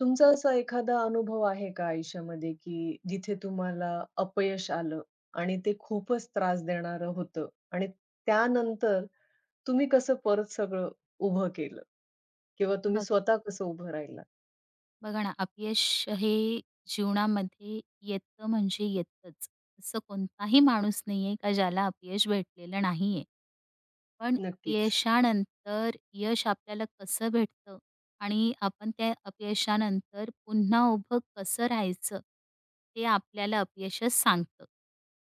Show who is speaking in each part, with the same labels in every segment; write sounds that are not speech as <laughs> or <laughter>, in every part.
Speaker 1: तुमचा असा एखादा अनुभव आहे का आयुष्यामध्ये, की जिथे तुम्हाला अपयश आलं आणि ते खूपच त्रास देणारं होतं आणि त्यानंतर तुम्ही कसं परत सगळं उभं केलं किंवा तुम्ही
Speaker 2: बघ
Speaker 1: स्वतः कसं उभं राहिलात?
Speaker 2: बघा ना, अपयश हे जीवनामध्ये येतं म्हणजे येतंच. असं कोणताही माणूस नाहीये का ज्याला अपयश भेटलेलं नाहीये. पण
Speaker 1: नक्कीच.
Speaker 2: अपयशानंतर यश आपल्याला कसं भेटतं आणि आपण त्या अपयशानंतर पुन्हा उभं कसं राहायचं, ते आपल्याला अपयशच सांगतं.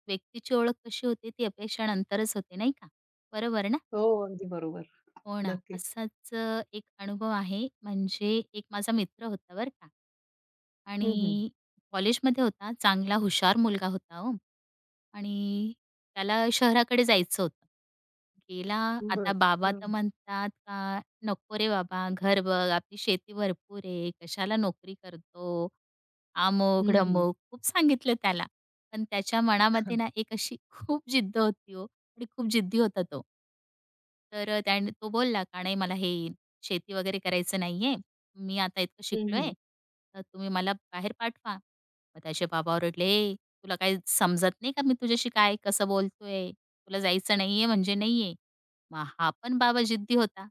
Speaker 2: व्यक्तीची ओळख कशी होते ती अपयशानंतरच होते, नाही का? बरोबर ना?
Speaker 1: हो, अगदी बरोबर.
Speaker 2: हो ना.
Speaker 1: नक्कीच.
Speaker 2: असाच एक अनुभव आहे म्हणजे एक माझा मित्र होता बरं का.
Speaker 1: हं, हं.
Speaker 2: आणि कॉलेजमध्ये होता. चांगला हुशार मुलगा होता हो. आणि त्याला शहराकडे जायचं होतं. गेला. आता
Speaker 1: बरं.
Speaker 2: बाबा तर
Speaker 1: हां.
Speaker 2: म्हणतात का, "नको रे बाबा, घर बघ, आपली शेती भरपूर आहे, कशाला नोकरी करतो." आमोक,
Speaker 1: हं, हं.
Speaker 2: ढमुक खूप सांगितलं त्याला. पण त्याच्या मनामध्ये ना एक अशी खूप जिद्द होती हो आणि खूप जिद्दी होता तो. तर त्याने तो बोलला का "नाही मला हे शेती वगैरे करायचं नाहीये. मी आता इतकं
Speaker 1: हं,
Speaker 2: शिकलोय,
Speaker 1: हं.
Speaker 2: तर तुम्ही मला बाहेर पाठवा." मग त्याचे बाबा ओरडले, "तुला काही समजत नाही का मी तुझ्याशी काय कसं बोलतोय? तुला जायचं नाहीये म्हणजे नाहीये." मग हा पण बाबा जिद्दी होता.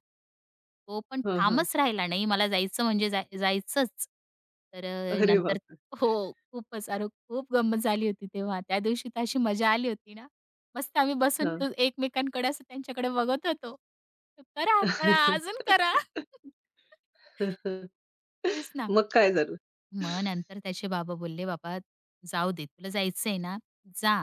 Speaker 2: तो पण ठामच राहिला, "नाही मला जायचं म्हणजे जायचंच." तर
Speaker 1: अरे
Speaker 2: नंतर
Speaker 1: वाह!
Speaker 2: हो. खूप गंमत झाली होती तेव्हा. त्या दिवशी तर अशी मजा आली होती ना. मस्त आम्ही बसून
Speaker 1: हां.
Speaker 2: तो एकमेकांकडे असं त्यांच्याकडे बघत होतो. "करा, करा, अजून
Speaker 1: <laughs>
Speaker 2: करा." तेच ना.
Speaker 1: मग काय झालं?
Speaker 2: मग नंतर त्याचे बाबा बोलले, "बाबा जाऊ दे, तुला जायचंय ना, जा.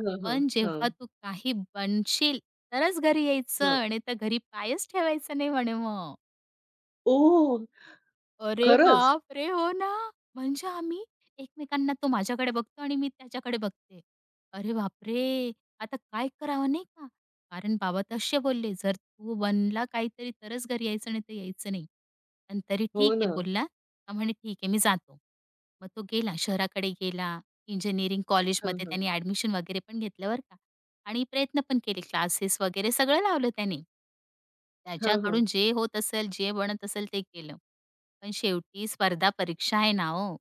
Speaker 1: हां, हां.
Speaker 2: पण
Speaker 1: हां.
Speaker 2: जेव्हा तू काही बनशील तरच घरी
Speaker 1: हां.
Speaker 2: यायचं, नाहीतर घरी पायच ठेवायचा नाही," म्हणे मग.
Speaker 1: ओह!
Speaker 2: अरे
Speaker 1: खरंच?
Speaker 2: बापरे! हो ना. म्हणजे आम्ही एकमेकांना तो माझ्याकडे बघतो आणि मी त्याच्याकडे बघते. अरे बापरे! आता काय करावं नाही का? कारण बाबा तसे बोलले, "जर तू बनला काहीतरी तरच घरी यायचं, नाही तर यायचं नाही." पण तरी
Speaker 1: हो
Speaker 2: ठीक
Speaker 1: ना.
Speaker 2: आहे बोलला. का म्हणे, "ठीक आहे मी जातो." मग तो गेला शहराकडे गेला. इंजिनिअरिंग
Speaker 1: हां,
Speaker 2: कॉलेजमध्ये
Speaker 1: हां.
Speaker 2: त्याने ॲडमिशन वगैरे पण घेतलं बरं का आणि प्रयत्न पण केले. क्लासेस वगैरे सगळं लावलं त्याने.
Speaker 1: हां, हां.
Speaker 2: त्याच्याकडून जे होत असेल, जे बनत असेल ते केलं. पण शेवटी स्पर्धा परीक्षा आहे ना हो.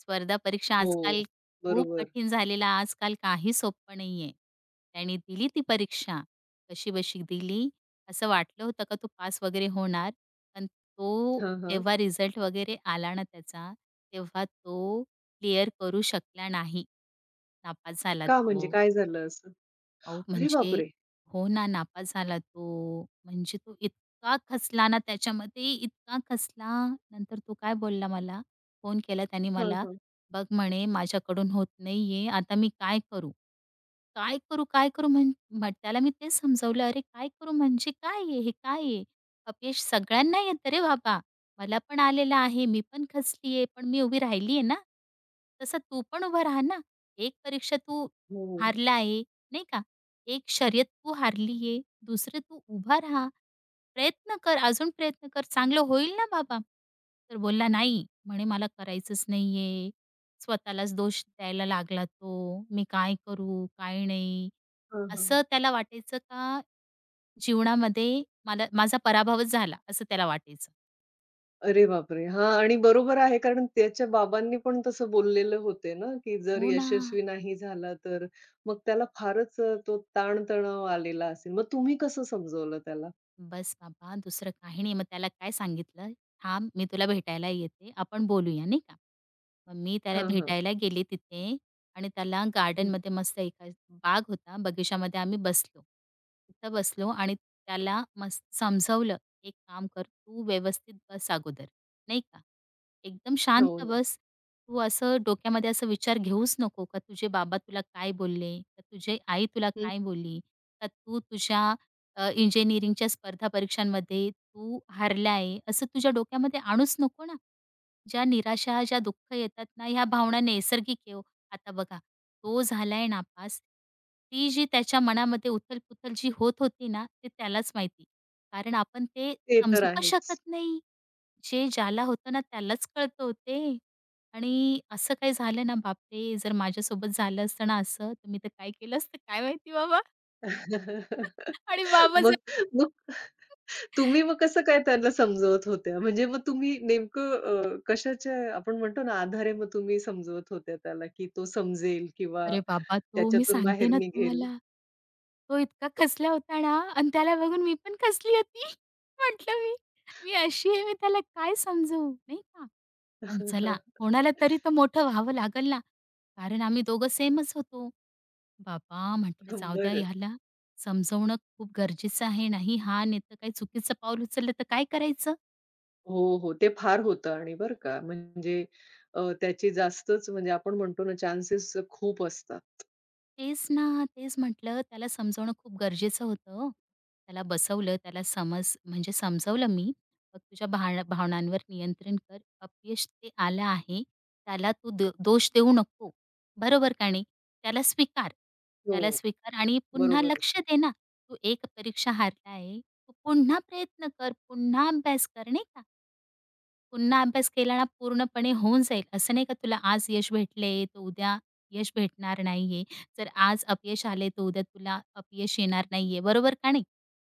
Speaker 2: स्पर्धा परीक्षा आजकाल
Speaker 1: हो,
Speaker 2: खूप
Speaker 1: बरोबर.
Speaker 2: कठीण झालेला, आजकाल काही सोपं नाहीये. त्याने दिली ती परीक्षा, कशीबशी दिली. असं वाटलं होतं का तो पास वगैरे होणार, पण तो
Speaker 1: हां, हां.
Speaker 2: जेव्हा रिझल्ट वगैरे आला ना त्याचा, तेव्हा तो क्लिअर करू शकला नाही. नापास झाला
Speaker 1: का म्हणजे
Speaker 2: तो.
Speaker 1: काय झालं असं?
Speaker 2: अहो,
Speaker 1: अरे
Speaker 2: म्हणजे
Speaker 1: बापरे!
Speaker 2: हो ना, नापास झाला तो. म्हणजे तो इतका खचला ना त्याच्यामध्ये, इतका खसला, नंतर तो काय बोलला मला, फोन केला त्याने
Speaker 1: हां,
Speaker 2: मला,
Speaker 1: हां.
Speaker 2: "बघ," म्हणे, "माझ्याकडून होत नाहीये. आता मी काय करू?" काय करू, काय करू? म्हण मग त्याला मी तेच समजावलं, "अरे काय करू म्हणजे काय आहे हे? काय आहे? अपयश सगळ्यांना येतं रे बाबा. मला पण आलेलं आहे, मी पण खचली आहे, पण मी उभी राहिली ना. तसं तू पण उभा राहा ना. एक परीक्षा तू
Speaker 1: हो.
Speaker 2: हारला आहे, नाही का? एक शर्यत तू हारली आहे, तू उभा राहा. प्रयत्न कर, अजून प्रयत्न कर, चांगलं होईल ना बाबा." तर बोलला, "नाही," म्हणे, "मला करायचंच नाही. स्वतःलाच दोष द्यायला लागला तो, "मी काय करू? काय नाही?"
Speaker 1: हां, हां.
Speaker 2: असं त्याला वाटायचं का जीवनामध्ये मला माझा पराभवच झाला, असं त्याला वाटायचं.
Speaker 1: अरे बापरे! हां, आणि बरोबर आहे कारण त्याच्या बाबांनी पण तसं बोललेलं होते ना, की जर
Speaker 2: हो ना.
Speaker 1: यशस्वी नाही झाला तर मग त्याला फारच तो ताण-तणाव आलेला असेल. मग तुम्ही कसं समजवलं त्याला?
Speaker 2: बस बाबा, दुसरं काही नाही. मग त्याला काय सांगितलं, "थांब, मी तुला भेटायला येते, आपण बोलूया." नाही का. मग मी त्याला
Speaker 1: हां, हां.
Speaker 2: भेटायला गेले तिथे आणि त्याला
Speaker 1: हं.
Speaker 2: गार्डनमध्ये मस्त एका बाग होता, बगिचामध्ये आम्ही बसलो. तिथं बसलो आणि त्याला मस्त समजवलं, "एक काम कर, तू व्यवस्थित बस अगोदर." नाही का. "एकदम
Speaker 1: हो
Speaker 2: शांत
Speaker 1: ना.
Speaker 2: बस. तू असं डोक्यामध्ये असं विचार घेऊच नको का तुझे बाबा तुला काय बोलले? का तुझी आई तुला
Speaker 1: हं.
Speaker 2: काय बोलली? का तू तुझ्या इंजिनिअरिंगच्या स्पर्धा परीक्षांमध्ये तू हारला आहे, असं तुझ्या डोक्यामध्ये आणूच नको ना. ज्या निराशा, ज्या दुःख येतात ना, ह्या भावना नैसर्गिक आहे हो. आता बघा, तो झालाय नापास. ती जी त्याच्या मनामध्ये उथल-पुथल जी होत होती ना, ते त्यालाच माहिती. कारण आपण ते
Speaker 1: ते तर
Speaker 2: समजू पण
Speaker 1: आहेच.
Speaker 2: शकत नाही. जे ज्याला होतं ना, त्यालाच कळतं हो आणि असं काही झालं ना, बापरे! जर माझ्यासोबत झालं असतं ना असं, तुम्ही तर मी तर काय केलं असतं काय माहिती बाबा. आणि
Speaker 1: <laughs>
Speaker 2: बाबा
Speaker 1: मग मग तुम्ही मग कसं काय त्यांना समजवत होत्या? म्हणजे मग तुम्ही नेमकं कशाच्या आपण म्हणतो ना आधारे मग तुम्ही समजवत होत्या त्याला, की तो समजेल किंवा
Speaker 2: अरे बाबा! तो मी
Speaker 1: त्याच्यातून
Speaker 2: सांगते
Speaker 1: बाहेर
Speaker 2: ना
Speaker 1: निघेल?
Speaker 2: तुम्हाला. तो इतका खचला होता ना आणि त्याला बघून मी पण खचली होती. <laughs> म्हटलं मी, मी अशी आहे मी त्याला काय समजवू, नाही का? पण चला
Speaker 1: <laughs>
Speaker 2: कोणाला तरी तर मोठं व्हावं लागेल ना. कारण आम्ही दोघं सेमच होतो. बाबा म्हटलं जाऊ द्या
Speaker 1: बरं.
Speaker 2: ह्याला समजवणं खूप गरजेचं आहे. नाही हा नाही तर काही चुकीचं पाऊल उचललं तर काय करायचं?
Speaker 1: हो, हो. ते फार होतं आणि बरं का म्हणजे त्याची जास्तच म्हणजे आपण म्हणतो ना चान्सेस खूप असतात.
Speaker 2: तेच ना, तेच म्हटलं त्याला समजवणं खूप गरजेचं होतं हो. त्याला बसवलं, त्याला समजवलं मी. "बघ तुझ्या भावनांवर नियंत्रण कर. अपयश ते आलं आहे, त्याला तू दोष देऊ नको. बरोबर का नाही? त्याला स्वीकार.
Speaker 1: हो,
Speaker 2: त्याला स्वीकार आणि पुन्हा
Speaker 1: बरोबरच.
Speaker 2: लक्ष दे ना. तू एक परीक्षा हारला आहे, तू पुन्हा प्रयत्न कर, पुन्हा अभ्यास कर." नाही का? पुन्हा अभ्यास केला ना पूर्णपणे होऊन जाईल. असं नाही का तुला आज यश भेटले, तर उद्या यश भेटणार नाहीये. जर आज अपयश आले, तर उद्या तुला अपयश येणार नाहीये. बरोबर का नाही?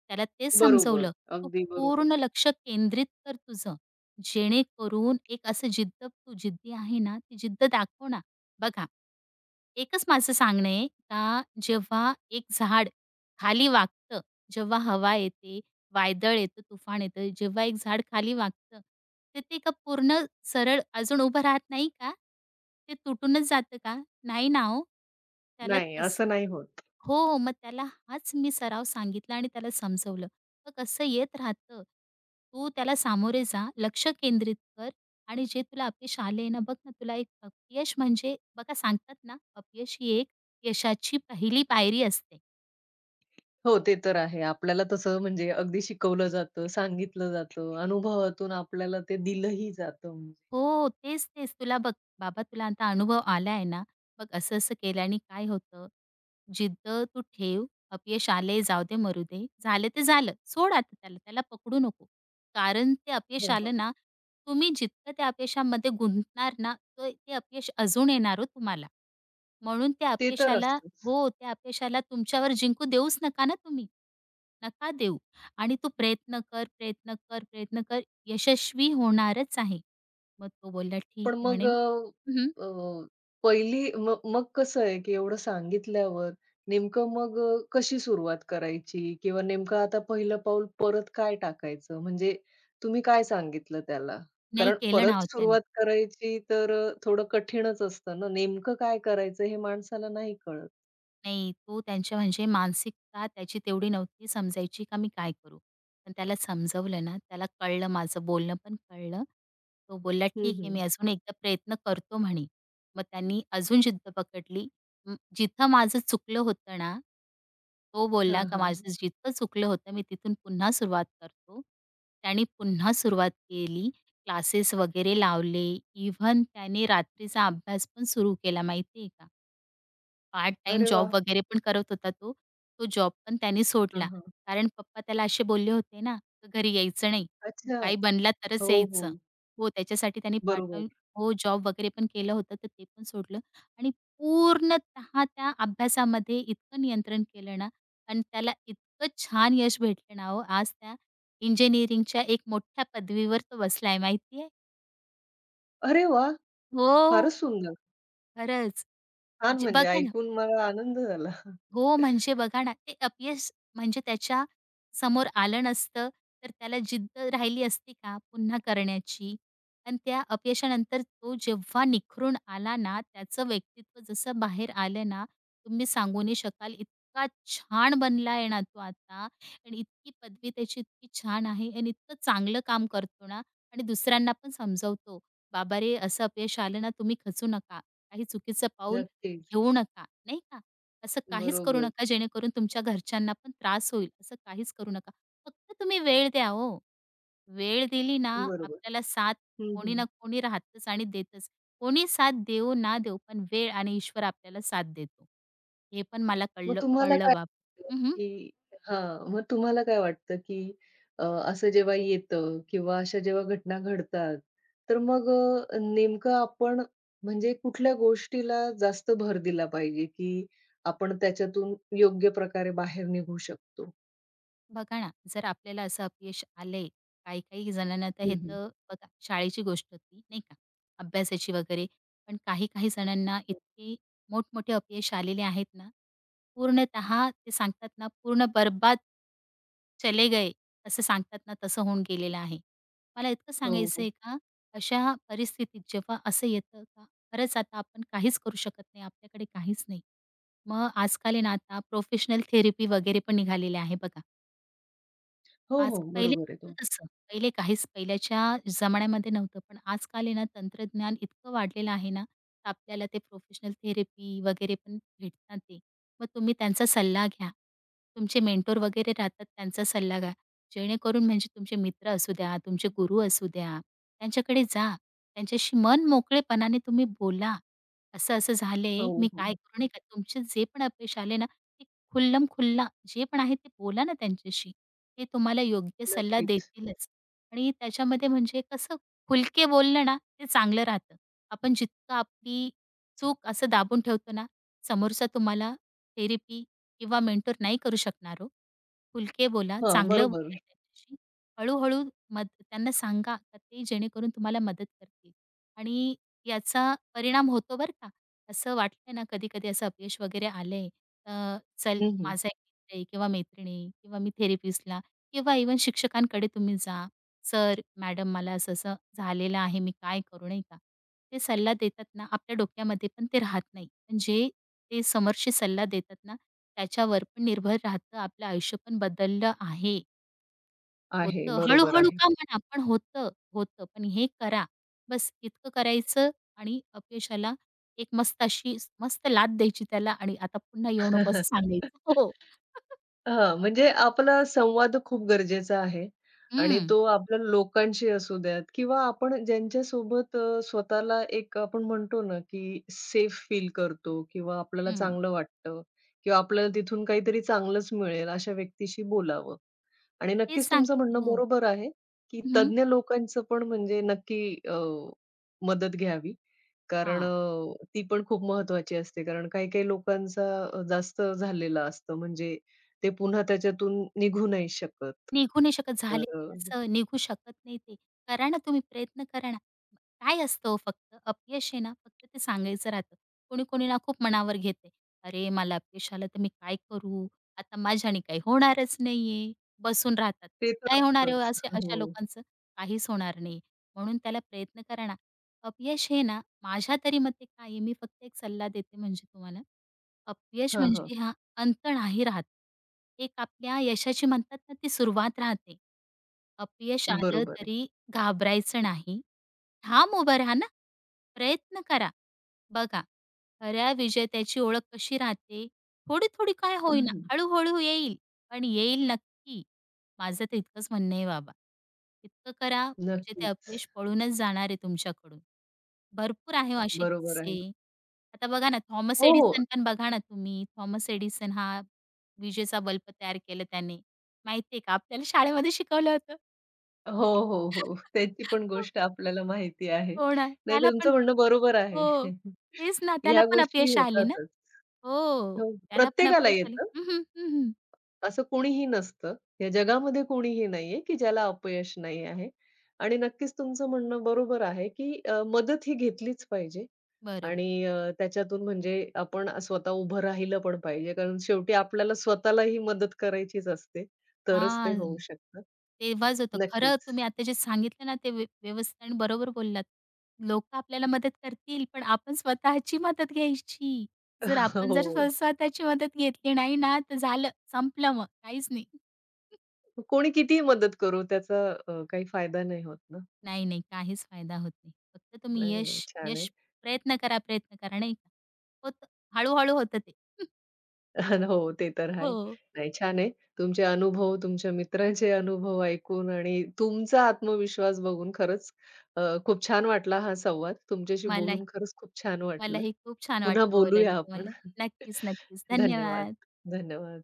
Speaker 2: त्याला तेच
Speaker 1: बरोबर.
Speaker 2: समजवलं. तू
Speaker 1: अगदी बरोबर.
Speaker 2: पूर्ण लक्ष केंद्रित कर तुझं. जेणेकरून एक असं जिद्द तू जिद्दी आहे ना, ती जिद्द दाखव ना. बघा, एकच माझं सांगणं आहे का जेव्हा एक झाड खाली वाकतं, जेव्हा हवा येते, वादळ येतं, तुफान येतं. जेव्हा एक झाड खाली वाकतं, तर ते का पूर्ण सरळ अजून उभं राहत नाही का? ते तुटूनच जातं का? नाही ना हो. त्याला
Speaker 1: नाही,
Speaker 2: तसं
Speaker 1: असं नाही होत.
Speaker 2: हो, हो, मग त्याला हाच मी सराव सांगितला आणि त्याला समजवलं. मग कसं येत राहतं. तू त्याला सामोरे जा, लक्ष केंद्रित कर आणि जे तुला अपयश आले ना, बघ ना तुला एक अपयश म्हणजे बघा सांगतात ना, अपयश ही एक यशाची पहिली पायरी असते.
Speaker 1: हो, ते तर आहे. आपल्याला तसं म्हणजे अगदी शिकवलं जातं, सांगितलं जातं, अनुभवातून आपल्याला ते दिलंही जातं म्हणजे.
Speaker 2: हो, तेच, तेच. तुला बघ, बाबा तुला आता अनुभव आलाय ना, बघ असं-असं केल्याने काय होतं, जिद्द तू ठेव, अपयश आले जाऊ दे, मरू दे, झालं ते झालं, सोड आता त्याला, त्याला पकडू नको. कारण ते अपयश
Speaker 1: हं, हं.
Speaker 2: आलं ना, तुम्ही जितकं त्या अपयशामध्ये गुंतणार ना, तो ते अपयश अजून येणार हो तुम्हाला. म्हणून त्या
Speaker 1: ते तर
Speaker 2: अपयशाला
Speaker 1: असतंच.
Speaker 2: हो, त्या अपयशाला तुमच्यावर जिंकू देऊच नका ना तुम्ही. नका देऊ आणि तू प्रयत्न कर, प्रयत्न कर, प्रयत्न कर, यशस्वी होणारच आहे. मग तो बोलला, "ठीक
Speaker 1: पण
Speaker 2: आहे,"
Speaker 1: मग
Speaker 2: म्हणे.
Speaker 1: अ,
Speaker 2: हं, हं.
Speaker 1: अ, पहिली म मग कसं आहे, की एवढं सांगितल्यावर नेमकं मग कशी सुरुवात करायची? किंवा नेमकं आता पहिलं पाऊल परत काय टाकायचं? म्हणजे तुम्ही काय सांगितलं त्याला?
Speaker 2: नाही
Speaker 1: कारण
Speaker 2: केलं ना
Speaker 1: परत
Speaker 2: हो त्यानं.
Speaker 1: सुरुवात करायची तर थोडं कठीणच असतं ना. नेमकं काय करायचं हे माणसाला नाही कळत.
Speaker 2: नाही, तो त्यांच्या म्हणजे मानसिकता त्याची तेवढी नव्हती समजायची का मी काय करू? पण त्याला समजवलं ना, त्याला कळलं, माझं बोलणं पण कळलं. तो बोलला,
Speaker 1: हं,
Speaker 2: "ठीक आहे,
Speaker 1: हं.
Speaker 2: मी अजून एकदा प्रयत्न करतो," म्हणे. मग त्यांनी अजून जिद्द पकडली. जिथं माझं चुकलं होतं ना, तो
Speaker 1: हां,
Speaker 2: बोलला का
Speaker 1: हां.
Speaker 2: माझं जितकं चुकलं होतं मी तिथून पुन्हा सुरुवात करतो. त्याने पुन्हा सुरुवात केली. क्लासेस वगैरे लावले. इव्हन त्याने रात्रीचा अभ्यास पण सुरू केला माहिती आहे का? पार्ट टाइम
Speaker 1: अरे वाह!
Speaker 2: जॉब वगैरे पण करत होता तो. तो जॉब पण त्याने
Speaker 1: हां,
Speaker 2: सोडला.
Speaker 1: हां.
Speaker 2: कारण पप्पा त्याला असे बोलले होते ना, "तू घरी यायचं नाही.
Speaker 1: अच्छा.
Speaker 2: काही बनला तरच
Speaker 1: हो, हो.
Speaker 2: यायचं. हो, त्याच्यासाठी त्याने पार्ट
Speaker 1: बरोबर.
Speaker 2: टाइम हो, जॉब वगैरे पण केलं होतं, तर ते पण सोडलं आणि पूर्णतः त्या अभ्यासामध्ये इतकं नियंत्रण केलं ना आणि त्याला इतकं छान यश भेटलं ना हो, आज त्या इंजिनिअरिंगच्या एक मोठ्या पदवीवर तो बसलाय माहिती
Speaker 1: अरे वाह! फारच
Speaker 2: हो,
Speaker 1: सुंदर.
Speaker 2: खरंच.
Speaker 1: छान
Speaker 2: जे
Speaker 1: म्हणजे
Speaker 2: बघा
Speaker 1: ऐकून मला आनंद झाला.
Speaker 2: हो, म्हणजे बघा ना, ते अपयश म्हणजे त्याच्या समोर आलं नसतं, तर त्याला जिद्द राहिली असती का पुन्हा करण्याची? आणि त्या अपयशानंतर तो जेव्हा निखरून आला ना, त्याचं व्यक्तित्व जसं बाहेर आलं ना, तुम्ही सांगू नाही शकाल, इतका छान बनला आहे ना तो आता आणि इतकी पदवी त्याची इतकी छान आहे आणि इतकं चांगलं काम करतो ना आणि दुसऱ्यांना पण समजवतो, "बाबा रे, असं अपयश आलं ना, तुम्ही खचू नका. काही चुकीचं पाऊल
Speaker 1: नक्कीच.
Speaker 2: घेऊ नका." नाही का? असं काहीच करू
Speaker 1: बरोबर,
Speaker 2: नका जेणेकरून तुमच्या घरच्यांना पण त्रास होईल, असं काहीच करू नका. फक्त तुम्ही वेळ द्या हो. वेळ दिली ना
Speaker 1: बरोबर.
Speaker 2: आपल्याला साथ
Speaker 1: हं,
Speaker 2: कोणी
Speaker 1: हं.
Speaker 2: ना कोणी राहतच आणि देतच. कोणी साथ देऊ ना देऊ पण वेळ आणि ईश्वर आपल्याला साथ देतो. हे पण मला
Speaker 1: मग
Speaker 2: कळलं
Speaker 1: तुम्हाला
Speaker 2: कळलं
Speaker 1: काय
Speaker 2: बाब.
Speaker 1: वाटतं,
Speaker 2: हं,
Speaker 1: की हां, मग तुम्हाला काय वाटतं, की अ, असं जेव्हा येतं किंवा अशा जेव्हा घटना घडतात, तर मग नेमकं आपण म्हणजे कुठल्या गोष्टीला जास्त भर दिला पाहिजे, की आपण त्याच्यातून योग्य प्रकारे बाहेर निघू शकतो?
Speaker 2: बघा ना, जर आपल्याला असं अपयश आलंय, काही-काही जणांना तर
Speaker 1: हं,
Speaker 2: हे
Speaker 1: हं.
Speaker 2: तर बघा शाळेची गोष्ट होती, नाही का? अभ्यासाची वगैरे. पण काही-काही जणांना इतके मोठमोठे अपयश आलेले आहेत ना, पूर्णतः ते सांगतात ना, पूर्ण बरबाद चले गए, असं सांगतात ना, तसं होऊन गेलेलं आहे. मला इतकं
Speaker 1: हो,
Speaker 2: सांगायचं
Speaker 1: हो.
Speaker 2: आहे का, अशा परिस्थितीत जेव्हा असं येतं का, खरंच आता आपण काहीच करू शकत नाही, आपल्याकडे काहीच नाही. मग आजकाल आहे ना, आता प्रोफेशनल थेरपी वगैरे पण निघालेली आहे बघा.
Speaker 1: हो,
Speaker 2: आज
Speaker 1: हो.
Speaker 2: पहिले
Speaker 1: बरोबर आहे
Speaker 2: नव्हतं
Speaker 1: तो.
Speaker 2: तसं. पहिले काहीच पहिल्याच्या जमान्यामध्ये नव्हतं. पण आजकाल आहे ना, तंत्रज्ञान इतकं वाढलेलं आहे ना, तर आपल्याला ते प्रोफेशनल थेरपी वगैरे पण भेटतात ते. मग तुम्ही त्यांचा सल्ला घ्या. तुमचे मेंटॉर वगैरे राहतात, त्यांचा सल्ला घ्या. जेणेकरून म्हणजे तुमचे मित्र असू द्या, तुमचे गुरु असू द्या, त्यांच्याकडे जा. त्यांच्याशी मन मोकळेपणाने तुम्ही बोला. असं-असं झालंय,
Speaker 1: हो,
Speaker 2: मी
Speaker 1: हो.
Speaker 2: काय करू नये का? तुमचे जे पण अपयश आले ना, ते खुल्लम खुल्ला जे पण आहे ते बोला ना त्यांच्याशी. ते तुम्हाला योग्य सल्ला
Speaker 1: नक्कीच.
Speaker 2: देतीलच आणि त्याच्यामध्ये म्हणजे कसं खुलके बोललं ना, ते चांगलं राहतं. आपण जितकं आपली चूक असं दाबून ठेवतो ना, समोरचा तुम्हाला थेरपी किंवा मेंटर नाही करू शकणार हो. खुलके बोला,
Speaker 1: हां,
Speaker 2: चांगलं
Speaker 1: बरोबर.
Speaker 2: बोला त्यांच्याशी. हळू मद त्यांना सांगा का ते जेणेकरून तुम्हाला मदत करतील आणि याचा परिणाम होतो बरं का. असं वाटलं ना कधी-कधी असं अपयश वगैरे आलंय, अ, चल
Speaker 1: हं, हं.
Speaker 2: माझा एक मित्र आहे किंवा मैत्रीण आहे किंवा मी थेरपिस्टला किंवा इव्हन शिक्षकांकडे तुम्ही जा. "सर, मॅडम, मला असं-असं झालेलं आहे, मी काय करू?" नाही का. ते सल्ला देतात ना, आपल्या डोक्यामध्ये पण ते राहत नाही. पण जे ते समोरचे सल्ला देतात ना, त्याच्यावर पण निर्भर राहतं. आपलं आयुष्य पण बदललं आहे.
Speaker 1: आहे,
Speaker 2: होतं.
Speaker 1: बरोबर
Speaker 2: हळू-हळू
Speaker 1: आहे.
Speaker 2: का म्हणा, पण होतं, होतं. पण हे करा. बस इतकं करायचं आणि अपयशाला एक मस्त अशी मस्त लाथ द्यायची त्याला आणि "आता पुन्हा येऊ नको" असं
Speaker 1: <laughs>
Speaker 2: सांगायचं. हो. <laughs>
Speaker 1: हां, म्हणजे आपला संवाद खूप गरजेचा आहे आणि
Speaker 2: हं,
Speaker 1: तो आपल्या लोकांशी असू द्यात किंवा आपण ज्यांच्यासोबत स्वतःला एक आपण म्हणतो ना, की सेफ फील करतो किंवा आपल्याला
Speaker 2: हं.
Speaker 1: चांगलं वाटतं किंवा आपल्याला तिथून काहीतरी चांगलंच मिळेल, अशा व्यक्तीशी बोलावं. आणि
Speaker 2: तेच
Speaker 1: नक्कीच तुमचं
Speaker 2: सांगते.
Speaker 1: म्हणणं
Speaker 2: हो.
Speaker 1: बरोबर आहे, की तज्ञ लोकांचं पण म्हणजे नक्की अ, मदत घ्यावी. कारण
Speaker 2: हां,
Speaker 1: ती पण खूप महत्त्वाची असते. कारण काही-काही लोकांचा जास्त झालेलं असतं म्हणजे ते पुन्हा त्याच्यातून निघू नाही शकत.
Speaker 2: निघू नाही शकत.
Speaker 1: तर
Speaker 2: झाले असं निघू शकत नाही ते. करा ना तुम्ही प्रयत्न करा काय असतं हो फक्त अपयश आहे ना, फक्त ते सांगायचं राहतं. कोणी-कोणी ना खूप मनावर घेते. "अरे, मला अपयश आलं तर मी काय करू? आता माझ्याने काही होणारच नाहीये." बसून राहतात.
Speaker 1: ते तर
Speaker 2: काय होणार आहे हो
Speaker 1: असतंच.
Speaker 2: असे
Speaker 1: हो.
Speaker 2: अशा लोकांचं? काहीच होणार नाही. म्हणून त्याला प्रयत्न करा ना. अपयश हे ना, माझ्या तरी मते काय आहे, मी फक्त एक सल्ला देते म्हणजे तुम्हाला. अपयश
Speaker 1: हां, हां.
Speaker 2: म्हणजे हा अंत नाही राहत. एक आपल्या यशाची म्हणतात ना, ती सुरुवात राहते. अपयश आलं
Speaker 1: बरोबर आहे.
Speaker 2: तरी घाबरायचं नाही. ठाम उभं राहा ना. प्रयत्न करा. बघा, खऱ्या विजेत्याची ओळख कशी राहते? थोडी-थोडी काय हो. होईना,
Speaker 1: हं.
Speaker 2: हळू-हळू येईल, पण येईल नक्की. माझं तर इतकंच म्हणणं आहे बाबा. इतकं करा म्हणजे ते
Speaker 1: नक्कीच.
Speaker 2: अपयश पळूनच जाणार आहे तुमच्याकडून. भरपूर आहे हो असे
Speaker 1: बरोबर आहे.
Speaker 2: किस्से. आता बघा ना थॉमस
Speaker 1: हो, हो.
Speaker 2: एडिसन पण बघा ना तुम्ही. थॉमस एडिसन हा विजेचा बल्ब तयार केला त्याने. माहिती का? आपल्याला शाळेमध्ये शिकवलं होतं.
Speaker 1: हो, हो, हो. त्याची पण गोष्ट
Speaker 2: <laughs>
Speaker 1: आपल्याला माहिती आहे.
Speaker 2: हो ना.
Speaker 1: नाही,
Speaker 2: त्याला पण
Speaker 1: तुमचं म्हणणं बरोबर आहे.
Speaker 2: हो. तेच ना, त्याला
Speaker 1: ह्या
Speaker 2: पण
Speaker 1: गोष्टी
Speaker 2: अपयश आले ना.
Speaker 1: होतातच.
Speaker 2: हो.
Speaker 1: हो,
Speaker 2: त्याला पण
Speaker 1: प्रत्येकाला
Speaker 2: अपयश आले.
Speaker 1: येतं.
Speaker 2: हं, हं, हं, हं.
Speaker 1: असं कोणीही नसतं. या जगामध्ये कोणीही नाहीये, की ज्याला अपयश नाही आहे. आणि नक्कीच तुमचं म्हणणं बरोबर आहे, की मदत ही घेतलीच पाहिजे
Speaker 2: बरोबर.
Speaker 1: आणि त्याच्यातून म्हणजे आपण स्वतः उभं राहिलं पण पाहिजे. कारण शेवटी आपल्याला स्वतःला ही मदत करायचीच असते. तरच ते होऊ
Speaker 2: हां.
Speaker 1: शकतं.
Speaker 2: तेव्हाच होतं. खरं
Speaker 1: नक्कीच.
Speaker 2: तुम्ही आता जे सांगितलं ना, ते व्यवस्थित आणि बरोबर बोललात. लोकं आपल्याला मदत करतील, पण आपण स्वतःची मदत घ्यायची. जर
Speaker 1: <laughs>
Speaker 2: आपण जर स्व
Speaker 1: हो.
Speaker 2: स्वतःची मदत घेतली नाही ना, तर झालं संपलं मग, काहीच नाही.
Speaker 1: कोणी कितीही मदत करू त्याचा काही फायदा नाही होत ना.
Speaker 2: नाही, नाही. काहीच फायदा होत नाही. फक्त तुम्ही
Speaker 1: नाही,
Speaker 2: यश
Speaker 1: नाही. छान आहे.
Speaker 2: यश प्रयत्न करा, प्रयत्न करा नाही का. होतं. हळू-हळू होतं ते. <laughs>
Speaker 1: <laughs> हो, ते तर आहे.
Speaker 2: हो.
Speaker 1: नाही, छान आहे. तुमचे अनुभव, तुमच्या मित्रांचे अनुभव ऐकून आणि तुमचा आत्मविश्वास बघून खरंच खूप छान वाटला हा संवाद. तुमच्याशी
Speaker 2: मलाही
Speaker 1: बोलून खरंच खूप छान वाटलं.
Speaker 2: मलाही खूप छान
Speaker 1: पुन्हा
Speaker 2: वाटलं बोलायला
Speaker 1: बोलूया आपण.
Speaker 2: तुम्हाला.
Speaker 1: <laughs>
Speaker 2: नक्कीच, नक्कीच.
Speaker 1: धन्यवाद.
Speaker 2: धन्यवाद.
Speaker 1: धन्यवाद.